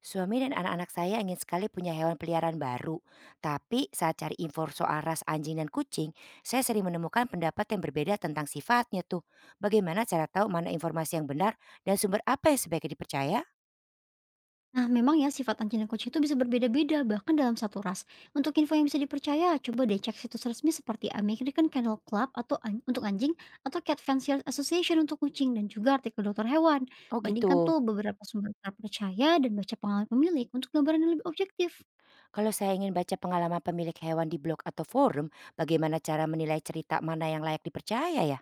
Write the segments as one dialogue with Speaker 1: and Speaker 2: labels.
Speaker 1: Suami dan anak-anak saya ingin sekali punya hewan peliharaan baru. Tapi saat cari info soal ras anjing dan kucing, saya sering menemukan pendapat yang berbeda tentang sifatnya tuh. Bagaimana cara tahu mana informasi yang benar dan sumber apa yang sebaiknya dipercaya?
Speaker 2: Nah, memang ya sifat anjing dan kucing itu bisa berbeda-beda bahkan dalam satu ras. Untuk info yang bisa dipercaya, coba deh cek situs resmi seperti American Kennel Club untuk anjing atau Cat Fanciers Association untuk kucing dan juga artikel dokter hewan.
Speaker 1: Oh
Speaker 2: Bandingkan
Speaker 1: gitu.
Speaker 2: tuh beberapa sumber terpercaya dan baca pengalaman pemilik untuk gambaran yang lebih objektif.
Speaker 1: Kalau saya ingin baca pengalaman pemilik hewan di blog atau forum, bagaimana cara menilai cerita mana yang layak dipercaya ya?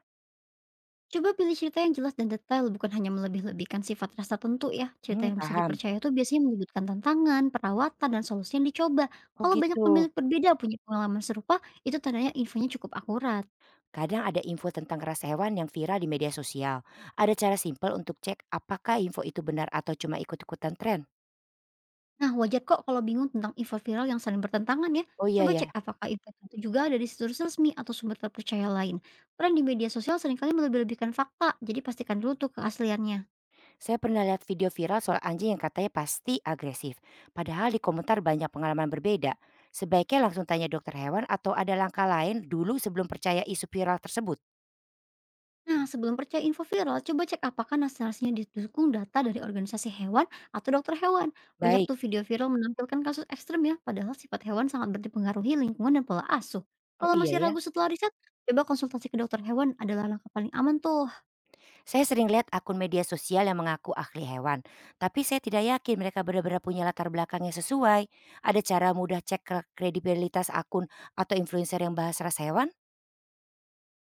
Speaker 2: Coba pilih cerita yang jelas dan detail, bukan hanya melebih-lebihkan sifat ras tertentu ya. Cerita
Speaker 1: Hmm,
Speaker 2: yang bisa
Speaker 1: paham.
Speaker 2: dipercaya itu biasanya menyebutkan tantangan, perawatan, dan solusi yang dicoba.
Speaker 1: Oh
Speaker 2: Kalau banyak
Speaker 1: gitu.
Speaker 2: pemilik berbeda punya pengalaman serupa, itu tandanya infonya cukup akurat.
Speaker 1: Kadang ada info tentang ras hewan yang viral di media sosial. Ada cara simpel untuk cek apakah info itu benar atau cuma ikut-ikutan tren.
Speaker 2: Nah, wajar kok kalau bingung tentang info viral yang saling bertentangan ya.
Speaker 1: Oh iya
Speaker 2: Coba
Speaker 1: ya,
Speaker 2: cek apakah info itu juga ada di situs resmi atau sumber terpercaya lain. Peran di media sosial seringkali melebih-lebihkan fakta, jadi pastikan dulu tuh keasliannya.
Speaker 1: saya pernah lihat video viral soal anjing yang katanya pasti agresif. Padahal di komentar banyak pengalaman berbeda. Sebaiknya langsung tanya dokter hewan atau ada langkah lain dulu sebelum percaya isu viral tersebut.
Speaker 2: Nah, sebelum percaya info viral, coba cek apakah narasinya didukung data dari organisasi hewan atau dokter hewan. Banyak
Speaker 1: Baik.
Speaker 2: tuh video viral menampilkan kasus ekstrem ya, padahal sifat hewan sangat berpengaruhi lingkungan dan pola asuh.
Speaker 1: Oh
Speaker 2: Kalau
Speaker 1: iya
Speaker 2: masih
Speaker 1: ya.
Speaker 2: ragu setelah riset, coba konsultasi ke dokter hewan adalah langkah paling aman tuh.
Speaker 1: Saya sering lihat akun media sosial yang mengaku ahli hewan, tapi saya tidak yakin mereka benar-benar punya latar belakang yang sesuai. Ada cara mudah cek kredibilitas akun atau influencer yang bahas ras hewan?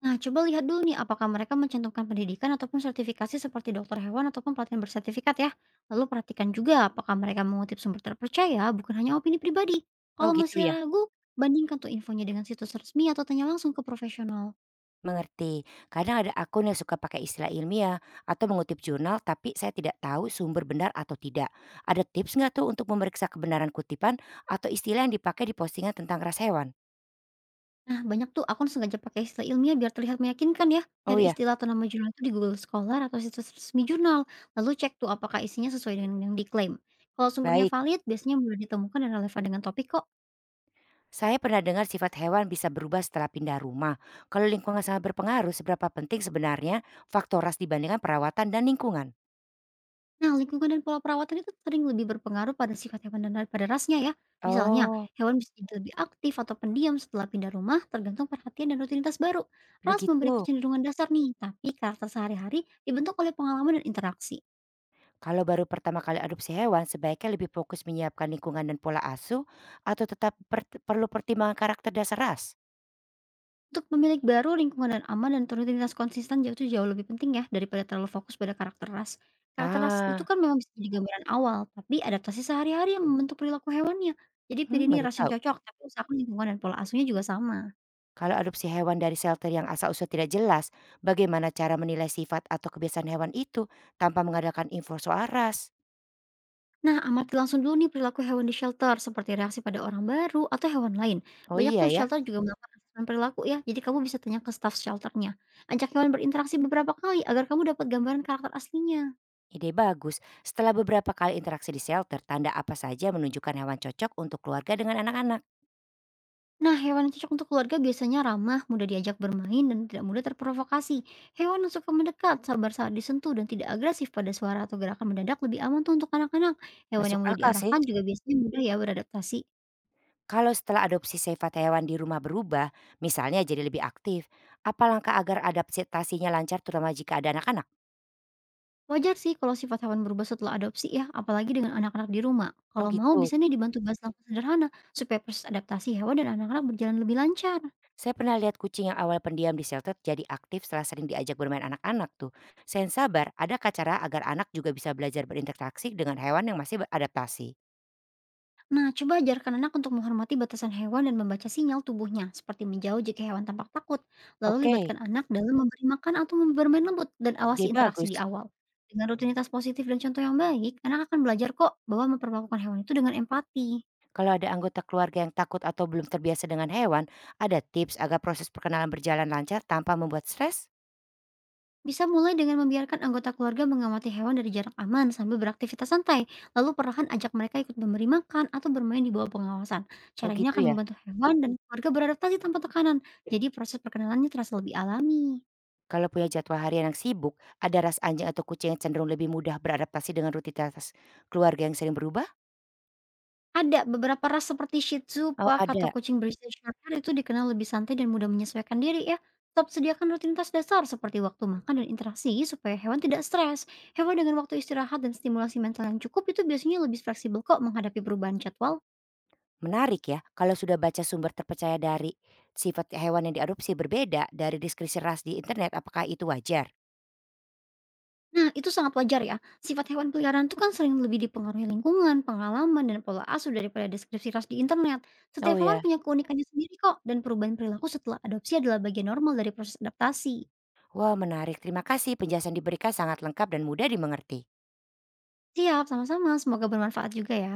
Speaker 2: Nah, coba lihat dulu nih apakah mereka mencantumkan pendidikan ataupun sertifikasi seperti dokter hewan ataupun pelatihan bersertifikat ya. Lalu perhatikan juga apakah mereka mengutip sumber terpercaya, bukan hanya opini pribadi.
Speaker 1: Oh
Speaker 2: Kalau
Speaker 1: gitu
Speaker 2: masih
Speaker 1: ya,
Speaker 2: ragu, bandingkan tuh infonya dengan situs resmi atau tanya langsung ke profesional.
Speaker 1: mengerti. Kadang ada akun yang suka pakai istilah ilmiah atau mengutip jurnal, tapi saya tidak tahu sumber benar atau tidak. Ada tips nggak tuh untuk memeriksa kebenaran kutipan atau istilah yang dipakai di postingan tentang ras hewan?
Speaker 2: Nah, banyak tuh akun sengaja pakai istilah ilmiah biar terlihat meyakinkan ya.
Speaker 1: Oh
Speaker 2: Cari
Speaker 1: ya,
Speaker 2: istilah atau nama jurnal itu di Google Scholar atau situs resmi jurnal. Lalu cek tuh apakah isinya sesuai dengan yang diklaim. Kalau sumbernya
Speaker 1: baik.
Speaker 2: valid, biasanya mudah ditemukan dan relevan dengan topik kok.
Speaker 1: Saya pernah dengar sifat hewan bisa berubah setelah pindah rumah. Kalau lingkungan sangat berpengaruh, seberapa penting sebenarnya faktor ras dibandingkan perawatan dan lingkungan?
Speaker 2: Nah, lingkungan dan pola perawatan itu sering lebih berpengaruh pada sifat hewan dan daripada rasnya ya. Misalnya,
Speaker 1: Oh,
Speaker 2: hewan bisa jadi lebih aktif atau pendiam setelah pindah rumah, tergantung perhatian dan rutinitas baru. Ras memberi
Speaker 1: begitu.
Speaker 2: kecenderungan dasar nih, tapi karakter sehari-hari dibentuk oleh pengalaman dan interaksi.
Speaker 1: Kalau baru pertama kali adopsi hewan, sebaiknya lebih fokus menyiapkan lingkungan dan pola asuh atau tetap perlu pertimbangan karakter dasar ras?
Speaker 2: Untuk pemilik baru, lingkungan dan aman dan rutinitas konsisten jauh jauh lebih penting ya daripada terlalu fokus pada karakter ras. Karakter ras itu
Speaker 1: Ah,
Speaker 2: kan memang bisa jadi gambaran awal, tapi adaptasi sehari-hari yang membentuk perilaku hewannya. Jadi
Speaker 1: hmm,
Speaker 2: pilih nih
Speaker 1: baru
Speaker 2: ras yang
Speaker 1: tahu.
Speaker 2: cocok, tapi usahakan lingkungan dan pola asuhnya juga sama.
Speaker 1: Kalau adopsi hewan dari shelter yang asal-usul tidak jelas, bagaimana cara menilai sifat atau kebiasaan hewan itu tanpa mengadakan info soal ras?
Speaker 2: Nah, amati langsung dulu nih perilaku hewan di shelter, seperti reaksi pada orang baru atau hewan lain.
Speaker 1: Oh
Speaker 2: Banyak
Speaker 1: iya
Speaker 2: tuh
Speaker 1: ya,
Speaker 2: shelter juga melakukan assessment perilaku ya, jadi kamu bisa tanya ke staff shelternya. Ajak hewan berinteraksi beberapa kali agar kamu dapat gambaran karakter aslinya.
Speaker 1: ide bagus. Setelah beberapa kali interaksi di shelter, tanda apa saja menunjukkan hewan cocok untuk keluarga dengan anak-anak?
Speaker 2: Nah, hewan yang cocok untuk keluarga biasanya ramah, mudah diajak bermain, dan tidak mudah terprovokasi. Hewan yang suka mendekat, sabar saat disentuh, dan tidak agresif pada suara atau gerakan mendadak lebih aman tuh untuk anak-anak. Hewan
Speaker 1: Masuk
Speaker 2: yang mudah
Speaker 1: akal sih.
Speaker 2: diarahkan juga biasanya mudah ya beradaptasi.
Speaker 1: Kalau setelah adopsi sifat hewan di rumah berubah, misalnya jadi lebih aktif, apa langkah agar adaptasinya lancar terutama jika ada anak-anak?
Speaker 2: Wajar sih kalau sifat hewan berubah setelah adopsi ya, apalagi dengan anak-anak di rumah.
Speaker 1: Oh
Speaker 2: Kalau mau
Speaker 1: gitu.
Speaker 2: bisa nih dibantu bahas langkah sederhana supaya proses adaptasi hewan dan anak-anak berjalan lebih lancar.
Speaker 1: Saya pernah lihat kucing yang awal pendiam di shelter jadi aktif setelah sering diajak bermain anak-anak tuh. Saya sabar, ada cara agar anak juga bisa belajar berinteraksi dengan hewan yang masih beradaptasi?
Speaker 2: Nah, coba ajarkan anak untuk menghormati batasan hewan dan membaca sinyal tubuhnya, seperti menjauh jika hewan tampak takut. Lalu
Speaker 1: Oke,
Speaker 2: libatkan anak dalam memberi makan atau bermain lembut dan
Speaker 1: ide
Speaker 2: awasi interaksi di
Speaker 1: bagus.
Speaker 2: awal. Dengan rutinitas positif dan contoh yang baik, anak akan belajar kok bahwa memperlakukan hewan itu dengan empati.
Speaker 1: Kalau ada anggota keluarga yang takut atau belum terbiasa dengan hewan, ada tips agar proses perkenalan berjalan lancar tanpa membuat stres?
Speaker 2: Bisa mulai dengan membiarkan anggota keluarga mengamati hewan dari jarak aman sambil beraktivitas santai, lalu perlahan ajak mereka ikut memberi makan atau bermain di bawah pengawasan.
Speaker 1: Oh
Speaker 2: Cara ini
Speaker 1: gitu
Speaker 2: akan
Speaker 1: ya.
Speaker 2: membantu hewan dan keluarga beradaptasi tanpa tekanan, jadi proses perkenalannya terasa lebih alami.
Speaker 1: Kalau punya jadwal harian yang sibuk, ada ras anjing atau kucing yang cenderung lebih mudah beradaptasi dengan rutinitas keluarga yang sering berubah?
Speaker 2: Ada beberapa ras seperti Shih Tzu,
Speaker 1: Oh
Speaker 2: Pak, atau
Speaker 1: ada.
Speaker 2: kucing British Shorthair itu dikenal lebih santai dan mudah menyesuaikan diri ya. Tetap sediakan rutinitas dasar seperti waktu makan dan interaksi supaya hewan tidak stres. Hewan dengan waktu istirahat dan stimulasi mental yang cukup itu biasanya lebih fleksibel kok menghadapi perubahan jadwal.
Speaker 1: Menarik ya, kalau sudah baca sumber terpercaya dari sifat hewan yang diadopsi berbeda dari deskripsi ras di internet, apakah itu wajar?
Speaker 2: Nah, itu sangat wajar ya. Sifat hewan peliharaan itu kan sering lebih dipengaruhi lingkungan, pengalaman, dan pola asuh daripada deskripsi ras di internet. Setiap
Speaker 1: Oh
Speaker 2: hewan
Speaker 1: ya,
Speaker 2: punya keunikannya sendiri kok, dan perubahan perilaku setelah adopsi adalah bagian normal dari proses adaptasi.
Speaker 1: wah menarik. Terima kasih penjelasan diberikan sangat lengkap dan mudah dimengerti.
Speaker 2: Siap, sama-sama. Semoga bermanfaat juga ya.